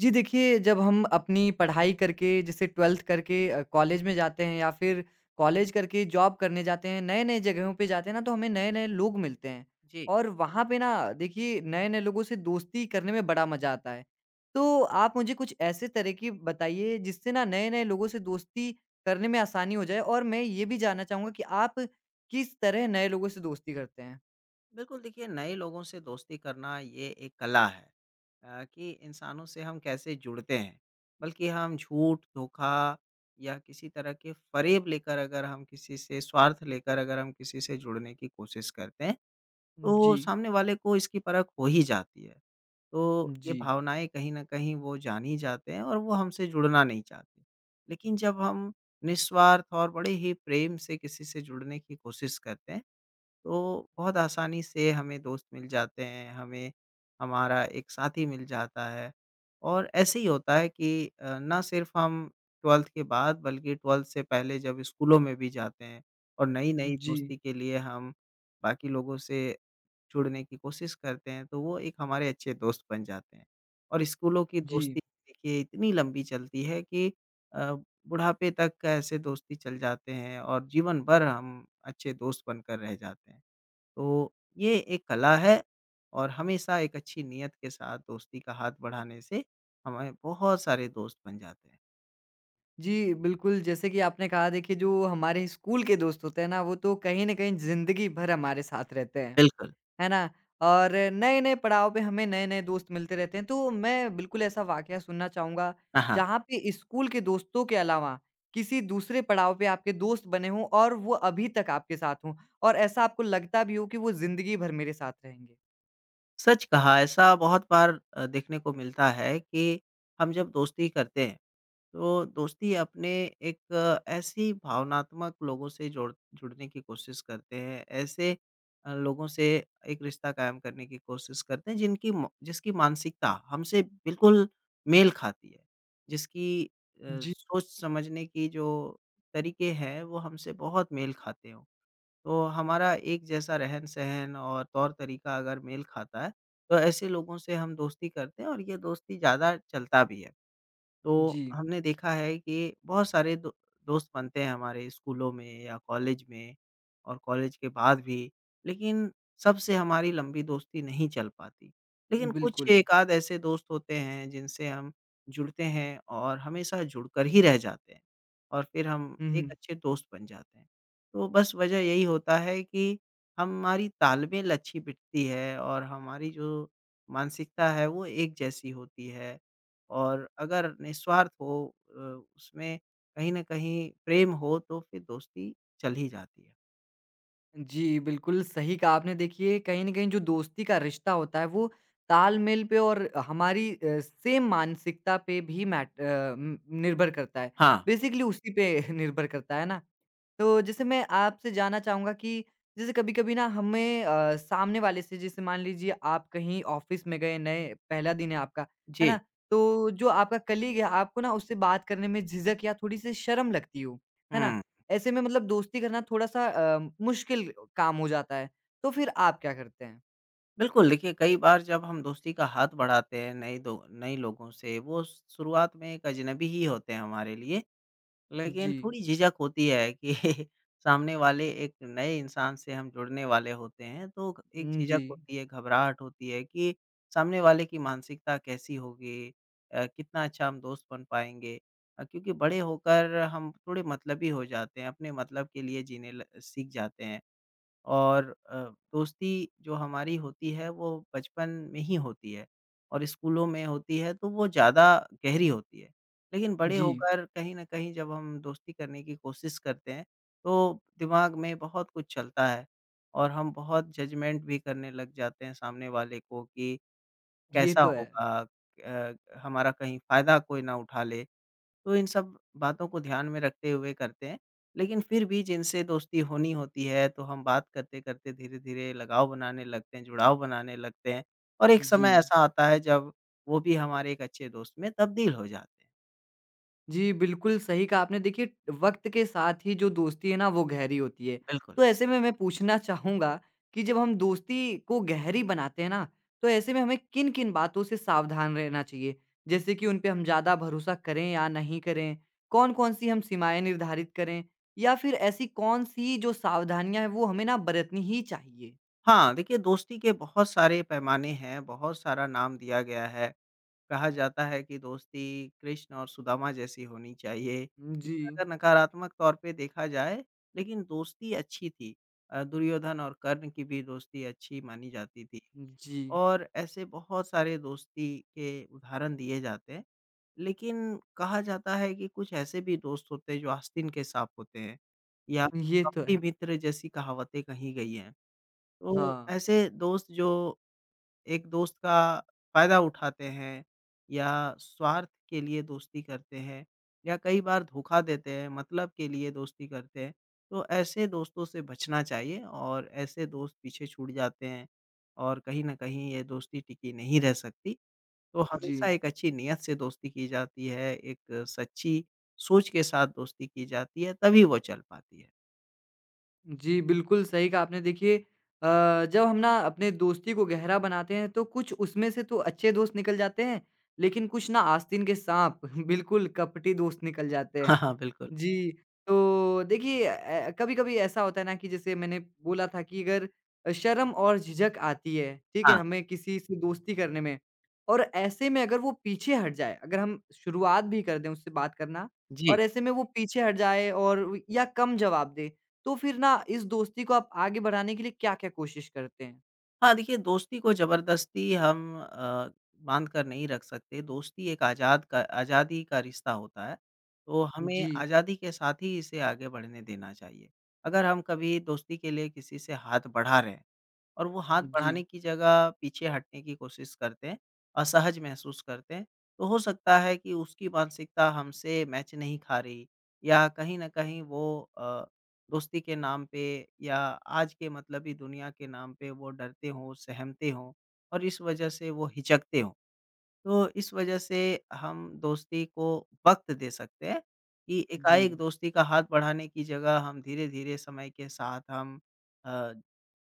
जी देखिए, जब हम अपनी पढ़ाई करके जैसे 12th करके कॉलेज में जाते हैं या फिर कॉलेज करके जॉब करने जाते हैं, नए-नए जगहों पे जाते हैं ना तो हमें नए-नए लोग मिलते हैं। जी, और वहाँ पे ना देखिए नए-नए लोगों से दोस्ती करने में बड़ा मज़ा आता है। तो आप मुझे कुछ ऐसे तरकीब बताइए जिससे ना नए-नए लोगों से दोस्ती करने में आसानी हो जाए और मैं ये भी जानना चाहूँगा कि आप किस तरह नए लोगों से दोस्ती करते हैं? बिल्कुल देखिए नए लोगों से दोस्ती करना ये एक कला है कि इंसानों से हम कैसे जुड़ते हैं। बल्कि हम झूठ, धोखा या किसी तरह के फ़रेब लेकर अगर हम किसी से स्वार्थ लेकर अगर हम किसी से जुड़ने की कोशिश करते हैं, जी, तो सामने वाले को इसकी परख हो ही जाती है। तो ये जी, भावनाएँ कहीं न कहीं वो जान ही जाते हैं और वो हमसे जुड़ना नहीं चाहते। लेकिन जब हम निस्वार्थ और बड़े ही प्रेम से किसी से जुड़ने की कोशिश करते हैं तो बहुत आसानी से हमें दोस्त मिल जाते हैं, हमें हमारा एक साथी मिल जाता है। और ऐसे ही होता है कि ना सिर्फ़ हम 12th के बाद बल्कि 12th से पहले जब स्कूलों में भी जाते हैं और नई-नई जी, दोस्ती के लिए हम बाकी लोगों से जुड़ने की कोशिश करते हैं, तो वो एक हमारे अच्छे दोस्त बन जाते हैं। और स्कूलों की जी। दोस्ती देखिए इतनी लंबी चलती है कि अ, बुढ़ापे तक ऐसे दोस्ती चल जाते हैं और जीवन भर हम अच्छे दोस्त बनकर रह जाते हैं। तो ये एक कला है और हमेशा एक अच्छी नीयत के साथ दोस्ती का हाथ बढ़ाने से हमारे बहुत सारे दोस्त बन जाते हैं। जी, बिल्कुल, जैसे कि आपने कहा देखिए जो हमारे स्कूल के दोस्त होते हैं ना, वो तो कहीं न कहीं ज़िंदगी भर हमारे साथ रहते हैं, बिल्कुल। है ना? और नए-नए पड़ाव पे हमें नए-नए दोस्त मिलते रहते हैं। तो मैं बिल्कुल ऐसा वाक़या सुनना चाहूँगा, हाँ, हाँ। जहाँ पे स्कूल के दोस्तों के अलावा किसी दूसरे पड़ाव पे आपके दोस्त बने हों और वो अभी तक आपके साथ हों और ऐसा आपको लगता भी हो कि वो ज़िंदगी भर मेरे साथ रहेंगे? सच कहा ऐसा बहुत बार देखने को मिलता है कि हम जब दोस्ती करते हैं तो दोस्ती अपने एक ऐसी भावनात्मक लोगों से जोड़ जुड़ने की कोशिश करते हैं। ऐसे लोगों से एक रिश्ता कायम करने की कोशिश करते हैं जिनकी म जिसकी मानसिकता हमसे बिल्कुल मेल खाती है। जिसकी जी। सोच समझने की जो तरीके हैं वो हमसे बहुत मेल खाते हों। तो हमारा एक जैसा रहन-सहन और तौर-तरीका अगर मेल खाता है तो ऐसे लोगों से हम दोस्ती करते हैं और ये दोस्ती ज़्यादा चलता भी है। तो जी, हमने देखा है कि बहुत सारे दो दोस्त बनते हैं हमारे स्कूलों में या कॉलेज में और कॉलेज के बाद भी, लेकिन सबसे हमारी लंबी दोस्ती नहीं चल पाती। लेकिन कुछ बिल्कुल। एक-आध ऐसे दोस्त होते हैं जिनसे हम जुड़ते हैं और हमेशा जुड़कर ही रह जाते हैं और फिर हम हुँ, एक हुँ। अच्छे दोस्त बन जाते हैं। तो बस वजह यही होता है कि हमारी तालमेल अच्छी बिठती है और हमारी जो मानसिकता है वो एक जैसी होती है और अगर निस्वार्थ हो उसमें कहीं न कहीं प्रेम हो तो फिर दोस्ती चल ही जाती है। जी, बिल्कुल सही कहा आपने। देखिए, कहीं न कहीं जो दोस्ती का रिश्ता होता है, वो तालमेल पे और हमारी सेम मानसिकता पे भी निर्भर करता है। हाँ, बेसिकली उसी पे निर्भर करता है ना? तो जैसे मैं आपसे जानना चाहूँगा कि जैसे कभी-कभी ना हमें सामने वाले से जैसे मान लीजिए आप कहीं ऑफ़िस में गए नए पहला दिन है आपका, है जी। ना? तो जो आपका कलीग है आपको ना उससे बात करने में झिझक या थोड़ी-सी शर्म लगती हो, है ना? हुँ, ऐसे में मतलब दोस्ती करना थोड़ा-सा मुश्किल काम हो जाता है, तो फिर आप क्या करते हैं? बिल्कुल देखिए कई बार जब हम दोस्ती का हाथ बढ़ाते हैं नए लोगों से वो शुरुआत में एक अजनबी ही होते हैं हमारे लिए लेकिन जी। थोड़ी झिझक होती है कि सामने वाले एक नए इंसान से हम जुड़ने वाले होते हैं, तो एक जी। झिझक होती है, घबराहट होती है कि सामने वाले की मानसिकता कैसी होगी? कितना अच्छा हम दोस्त बन पाएँगे? क्योंकि बड़े होकर हम थोड़े मतलबी हो जाते हैं, अपने मतलब के लिए जीने ल सीख जाते हैं। और दोस्ती जो हमारी होती है वो बचपन में ही होती है और स्कूलों में होती है तो वो ज़्यादा गहरी होती है। लेकिन बड़े जी, होकर कहीं न कहीं जब हम दोस्ती करने की कोशिश करते हैं तो दिमाग में बहुत कुछ चलता है और हम बहुत जजमेंट भी करने लग जाते हैं सामने वाले को कि ये कैसा तो है। होगा? अ, हमारा कहीं फ़ायदा कोई ना उठा ले। तो इन सब बातों को ध्यान में रखते हुए करते हैं। लेकिन फिर भी जिनसे दोस्ती होनी होती है, तो हम बात करते-करते धीरे-धीरे लगाव बनाने लगते हैं, जुड़ाव बनाने लगते हैं और एक जी। समय ऐसा आता है जब वो भी हमारे एक अच्छे दोस्त में तब्दील हो जाते हैं। जी, बिल्कुल सही कहा आपने। देखिए, वक़्त के साथ ही जो दोस्ती है ना, वो गहरी होती है। बिल्कुल। तो ऐसे में मैं पूछना चाहूँगा कि जब हम दोस्ती को गहरी बनाते हैं ना, तो ऐसे में हमें किन-किन बातों से सावधान रहना चाहिए? जैसे कि उन पे हम ज़्यादा भरोसा करें या नहीं करें? कौन-कौन सी हम सीमाएँ निर्धारित करें? या फिर ऐसी कौन-सी जो सावधानियाँ हैं, वो हमें ना बरतनी ही चाहिए? हाँ, देखिए दोस्ती के बहुत सारे पैमाने हैं, बहुत सारा नाम दिया गया है। कहा जाता है कि दोस्ती कृष्ण और सुदामा जैसी होनी चाहिए। जी, या अगर नकारात्मक तौर पे देखा जाए, लेकिन दोस्ती अच्छी थी। दुर्योधन और कर्ण की भी दोस्ती अच्छी मानी जाती थी जी। और ऐसे बहुत सारे दोस्ती के उदाहरण दिए जाते हैं। लेकिन कहा जाता है कि कुछ ऐसे भी दोस्त होते हैं जो आस्तीन के साँप होते हैं या फिर ये तो कपटी है। मित्र जैसी कहावतें कही गई हैं। तो हाँ, ऐसे दोस्त जो एक दोस्त का फ़ायदा उठाते हैं या स्वार्थ के लिए दोस्ती करते हैं या कई बार धोखा देते हैं, मतलब के लिए दोस्ती करते हैं। तो ऐसे दोस्तों से बचना चाहिए और ऐसे दोस्त पीछे छूट जाते हैं और कहीं न कहीं ये दोस्ती टिकी नहीं रह सकती। तो जी। हमेशा एक अच्छी नियत से दोस्ती की जाती है, एक सच्ची सोच के साथ दोस्ती की जाती है, तभी वो चल पाती है। जी, बिल्कुल सही कहा आपने। देखिए जब हम ना अपने दोस्ती को गहरा बनाते हैं तो कुछ उसमें से तो अच्छे दोस्त निकल जाते हैं, लेकिन कुछ ना आस्तीन के साँप बिल्कुल कपटी दोस्त निकल जाते हैं। हाँ, हाँ, बिल्कुल। जी, तो देखिए कभी-कभी ऐसा होता है ना कि जैसे मैंने बोला था कि अगर शर्म और झिझक आती है, ठीक है? हाँ, हमें किसी से दोस्ती करने में और ऐसे में अगर वो पीछे हट जाए, अगर हम शुरुआत भी कर दें उससे बात करना जी। और ऐसे में वो पीछे हट जाए और व या कम जवाब दे, तो फिर ना इस दोस्ती को आप आगे बढ़ाने के लिए क्या-क्या कोशिश करते हैं? हाँ, देखिए दोस्ती को ज़बरदस्ती हम बाँध कर नहीं रख सकते, दोस्ती एक आज़ादी का रिश्ता होता है, तो हमें जी, आज़ादी के साथ ही इसे आगे बढ़ने देना चाहिए। अगर हम कभी दोस्ती के लिए किसी से हाथ बढ़ा रहे हैं, और वो हाथ जी, बढ़ाने की जगह पीछे हटने की कोशिश करते हैं, असहज महसूस करते हैं। तो हो सकता है कि उसकी मानसिकता हमसे मैच नहीं खा रही या कहीं न कहीं वो अ, दोस्ती के नाम पे या आज के मतलबी दुनिया के नाम पे वो डरते हों, सहमते हों और इस वजह से वो हिचकते हों। तो इस वजह से हम दोस्ती को वक़्त दे सकते हैं कि जी, एकाएक दोस्ती का हाथ बढ़ाने की जगह हम धीरे-धीरे समय के साथ हम अ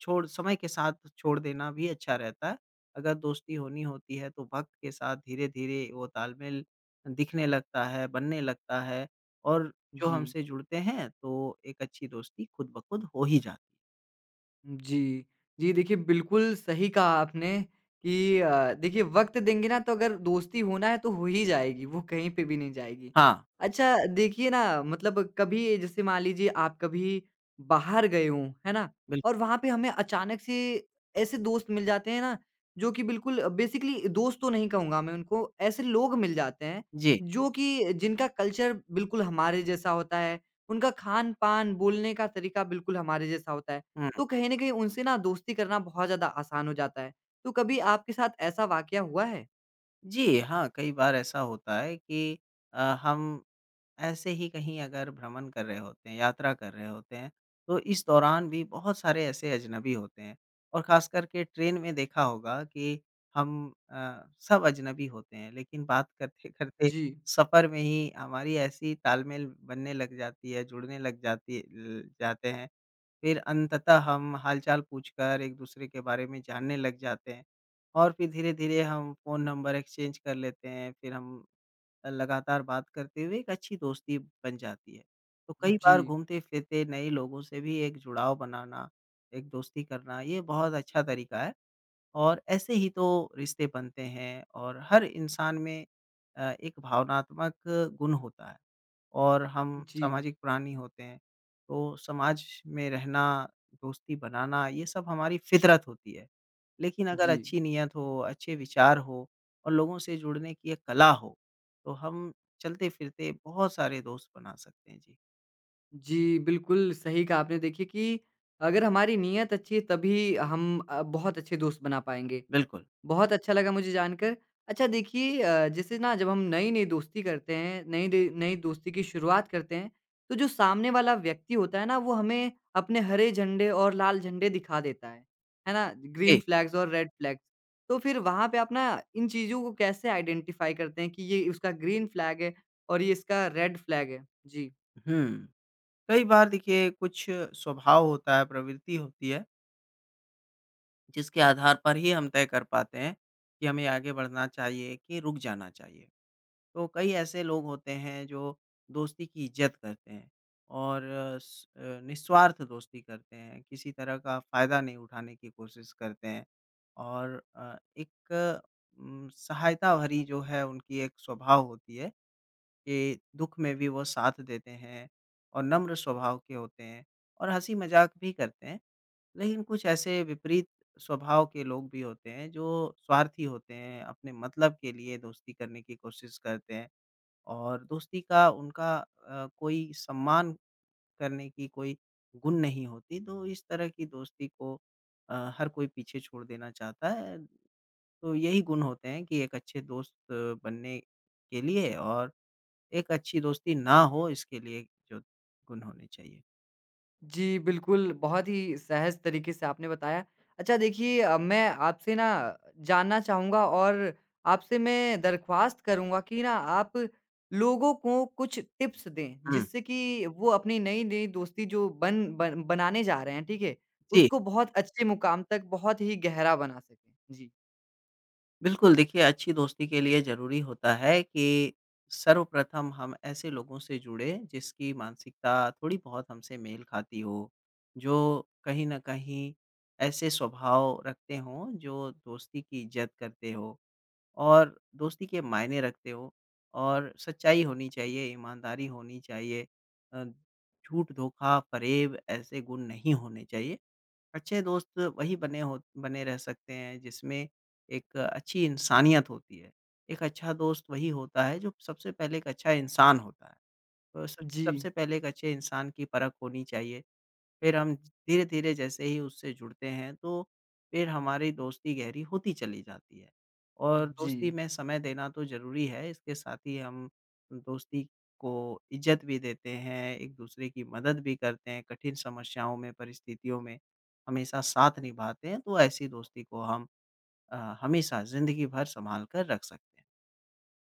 छोड़ समय के साथ छोड़ देना भी अच्छा रहता है। अगर दोस्ती होनी होती है तो वक़्त के साथ धीरे-धीरे वो तालमेल दिखने लगता है, बनने लगता है और जो जी। हमसे जुड़ते हैं तो एक अच्छी दोस्ती खुद ब खुद हो ही जाती है। जी। जी, देखिए बिल्कुल सही कहा आपने कि देखिए वक़्त देंगे ना तो अगर दोस्ती होना है तो हो ही जाएगी, वो कहीं पे भी नहीं जाएगी। हाँ, अच्छा देखिए ना मतलब कभी जैसे मान लीजिए आप कभी बाहर गए हों, है ना? और बिल्कुल। वहाँ पे हमें अचानक से ऐसे दोस्त मिल जाते हैं ना जो कि बिल्कुल बेसिकली दोस्त तो नहीं कहूँगा मैं उनको, ऐसे लोग मिल जाते हैं जी। जो कि जिनका कल्चर बिल्कुल हमारे जैसा होता है, उनका खान-पान, बोलने का तरीका बिल्कुल हमारे जैसा होता है। हुँ। तो कहीं न कहीं उनसे ना दोस्ती करना बहुत ज़्यादा आसान हो जाता है। तो कभी आपके साथ ऐसा वाक़या हुआ है? जी, हाँ, कई बार ऐसा होता है कि हम ऐसे ही कहीं अगर भ्रमण कर रहे होते हैं, यात्रा कर रहे होते हैं, तो इस दौरान भी बहुत सारे ऐसे अजनबी होते हैं और ख़ास करके ट्रेन में देखा होगा कि हम सब अजनबी होते हैं, लेकिन बात करते-करते जी। सफ़र में ही हमारी ऐसी तालमेल बनने लग जाती है, जुड़ने लग जाती ल जाते हैं, फिर अंततः हम हाल-चाल पूछकर एक-दूसरे के बारे में जानने लग जाते हैं और फिर धीरे-धीरे हम फ़ोन नंबर एक्सचेंज कर लेते हैं, फिर हम लगातार बात करते हुए एक अच्छी दोस्ती बन जाती है। तो कई बार जी, घूमते-फिरते नए लोगों से भी एक जुड़ाव बनाना, एक दोस्ती करना, ये बहुत अच्छा तरीका है और ऐसे ही तो रिश्ते बनते हैं और हर इंसान में एक भावनात्मक गुण होता है। और हम जी, सामाजिक प्राणी होते हैं। तो समाज में रहना, दोस्ती बनाना ये सब हमारी फ़ितरत होती है। लेकिन अगर जी। अच्छी नीयत हो, अच्छे विचार हो और लोगों से जुड़ने की एक कला हो, तो हम चलते-फिरते बहुत सारे दोस्त बना सकते हैं। जी, जी, बिल्कुल सही कहा आपने देखिए कि अगर हमारी नीयत अच्छी है तभी हम बहुत अच्छे दोस्त बना पाएँगे। बिल्कुल। बहुत अच्छा लगा मुझे जानकर। अच्छा देखिए जैसे ना जब हम नई-नई दोस्ती करते हैं, नई दोस्ती की शुरुआत करते हैं, तो जो सामने वाला व्यक्ति होता है ना, वो हमें अपने हरे झंडे और लाल झंडे दिखा देता है। है ना? ग्रीन जी। फ्लैग्स और रेड फ्लैग्स। तो फिर वहाँ पे आप ना इन चीज़ों को कैसे आइडेंटिफ़ाई करते हैं कि ये उसका ग्रीन फ्लैग है और ये इसका रेड फ्लैग है? जी। हुँ। कई बार देखिए कुछ स्वभाव होता है, प्रवृत्ति होती है, जिसके आधार पर ही हम तय कर पाते हैं कि हमें आगे बढ़ना चाहिए कि रुक जाना चाहिए। तो कई ऐसे लोग होते हैं जो दोस्ती की इज़्ज़त करते हैं और निस्वार्थ दोस्ती करते हैं, किसी तरह का फ़ायदा नहीं उठाने की कोशिश करते हैं और एक सहायता भरी जो है उनकी एक स्वभाव होती है कि दुःख में भी वो साथ देते हैं और नम्र स्वभाव के होते हैं और हँसी-मज़ाक भी करते हैं। लेकिन कुछ ऐसे विपरीत स्वभाव के लोग भी होते हैं जो स्वार्थी होते हैं, अपने मतलब के लिए दोस्ती करने की कोशिश करते हैं। और दोस्ती का उनका कोई सम्मान करने की कोई गुण नहीं होती, तो इस तरह की दोस्ती को हर कोई पीछे छोड़ देना चाहता है। तो यही गुण होते हैं कि एक अच्छे दोस्त बनने के लिए और एक अच्छी दोस्ती ना हो इसके लिए जो गुण होने चाहिए। जी, बिल्कुल, बहुत ही सहज तरीके से आपने बताया। अच्छा देखिए मैं आपसे ना जानना चाहूँगा और आपसे मैं दरख्वास्त करूँगा कि ना आप लोगों को कुछ टिप्स दें, हुँ, जिससे कि वो अपनी नई-नई दोस्ती जो बन बन बनाने जा रहे हैं, ठीक है? जी। उसको बहुत अच्छे मुकाम तक बहुत ही गहरा बना सकें। जी। बिल्कुल, देखिए अच्छी दोस्ती के लिए ज़रूरी होता है कि सर्वप्रथम हम ऐसे लोगों से जुड़ें जिसकी मानसिकता थोड़ी-बहुत हमसे मेल खाती हो, जो कहीं न कहीं ऐसे स्वभाव रखते हों जो दोस्ती की इज़्ज़त करते हों और दोस्ती के मायने रखते हों और सच्चाई होनी चाहिए, ईमानदारी होनी चाहिए अ, झूठ, धोखा, फ़रेब ऐसे गुण नहीं होने चाहिए। अच्छे दोस्त वही बने रह सकते हैं जिसमें एक अच्छी इंसानियत होती है। एक अच्छा दोस्त वही होता है जो सबसे पहले एक अच्छा इंसान होता है। तो सब जी, सबसे पहले एक अच्छे इंसान की परख होनी चाहिए। फिर हम धीरे-धीरे जैसे ही उससे जुड़ते हैं, तो फिर हमारी दोस्ती गहरी होती चली जाती है। और जी। दोस्ती में समय देना तो ज़रूरी है, इसके साथ ही हम दोस्ती को इज़्ज़त भी देते हैं, एक-दूसरे की मदद भी करते हैं, कठिन समस्याओं में, परिस्थितियों में हमेशा साथ निभाते हैं, तो ऐसी दोस्ती को हम हमेशा ज़िंदगी भर सँभाल कर रख सकते हैं।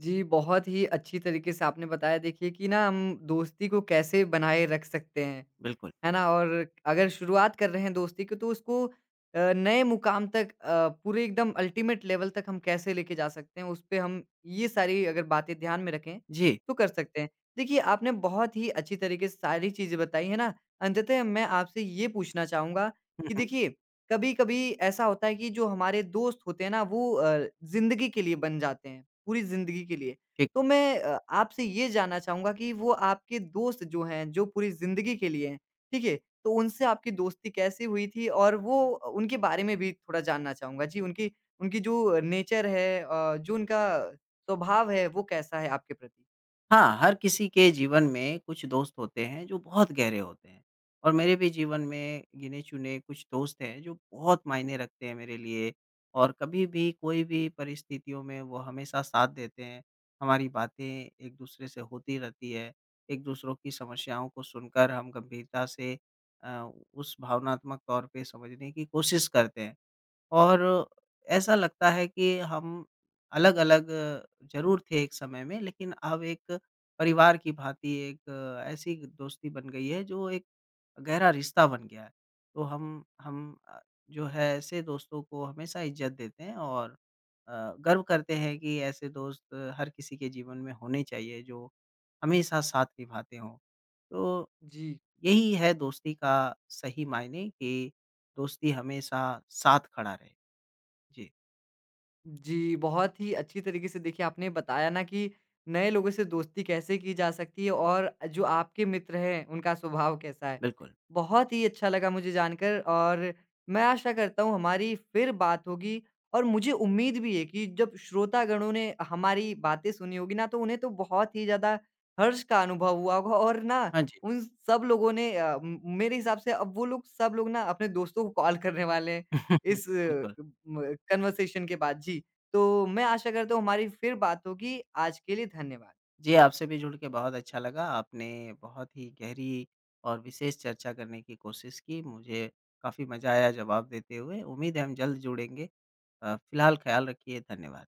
जी, बहुत ही अच्छी तरीके से आपने बताया देखिए कि ना हम दोस्ती को कैसे बनाए रख सकते हैं, बिल्कुल। है ना? और अगर शुरुआत कर रहे हैं दोस्ती की तो उसको नए मुकाम तक पूरे एकदम अल्टीमेट लेवल तक हम कैसे लेके जा सकते हैं, उसपे हम ये सारी अगर बातें ध्यान में रखें, जी। तो कर सकते हैं। देखिए, आपने बहुत ही अच्छी तरीके से सारी चीज़ें बताई, है ना? अंततः मैं आपसे ये पूछना चाहूँगा हुँ, कि हुँ। देखिए, कभी-कभी ऐसा होता है कि जो हमारे दोस्त होते हैं ना वो ज़िंदगी के लिए बन जाते हैं। पूरी ज़िंदगी के लिए। ठीक। तो मैं आपसे ये जानना चाहूँगा कि वो आपके दोस्त जो हैं, जो पूरी ज़िंदगी के लिए हैं, ठीक है? तो उनसे आपकी दोस्ती कैसे हुई थी? और वो उनके बारे में भी थोड़ा जानना चाहूँगा। जी, उनकी उनकी जो नेचर है जो उनका स्वभाव है, वो कैसा है आपके प्रति? हाँ, हर किसी के जीवन में कुछ दोस्त होते हैं जो बहुत गहरे होते हैं और मेरे भी जीवन में गिने-चुने कुछ दोस्त हैं जो बहुत मायने रखते हैं मेरे लिए और कभी भी कोई भी परिस्थितियों में वो हमेशा साथ देते हैं। हमारी बातें एक-दूसरे से होती रहती है, एक-दूसरों की समस्याओं को सुनकर हम गंभीरता से उस भावनात्मक तौर पे समझने की कोशिश करते हैं। और ऐसा लगता है कि हम अलग-अलग ज़रूर थे एक समय में, लेकिन अब एक परिवार की भाँति एक ऐसी दोस्ती बन गई है जो एक गहरा रिश्ता बन गया है। तो हम जो है ऐसे दोस्तों को हमेशा इज़्ज़त देते हैं और गर्व करते हैं कि ऐसे दोस्त हर किसी के जीवन में होने चाहिए जो हमेशा साथ निभाते हों। तो जी। यही है दोस्ती का सही मायने कि दोस्ती हमेशा साथ खड़ा रहे। जी। जी, बहुत ही अच्छी तरीके से देखिए आपने बताया ना कि नए लोगों से दोस्ती कैसे की जा सकती है और जो आपके मित्र हैं, उनका स्वभाव कैसा है। बिल्कुल, बहुत ही अच्छा लगा मुझे जानकर और मैं आशा करता हूँ हमारी फिर बात होगी और मुझे उम्मीद भी है कि जब श्रोतागणों ने हमारी बातें सुनी होगी ना, तो उन्हें तो बहुत ही ज़्यादा हर्ष का अनुभव हुआ होगा और ना हाँ जी। उन सब लोगों ने अ, म मेरे हिसाब से अब वो लोग सब लोग ना अपने दोस्तों को कॉल करने वाले हैं। इस बिल्कुल। म कन्वर्सेशन के बाद। जी, तो मैं आशा करता हूँ हमारी फिर बात होगी। आज के लिए धन्यवाद। जी, आपसे भी जुड़ के बहुत अच्छा लगा। आपने बहुत ही गहरी और विशेष चर्चा करने की कोशिश की। मुझे काफ़ी मज़ा आया जवाब देते हुए। उम्मीद है हम जल्द जुड़ेंगे। फ़िलहाल ख़्याल रखिए। धन्यवाद।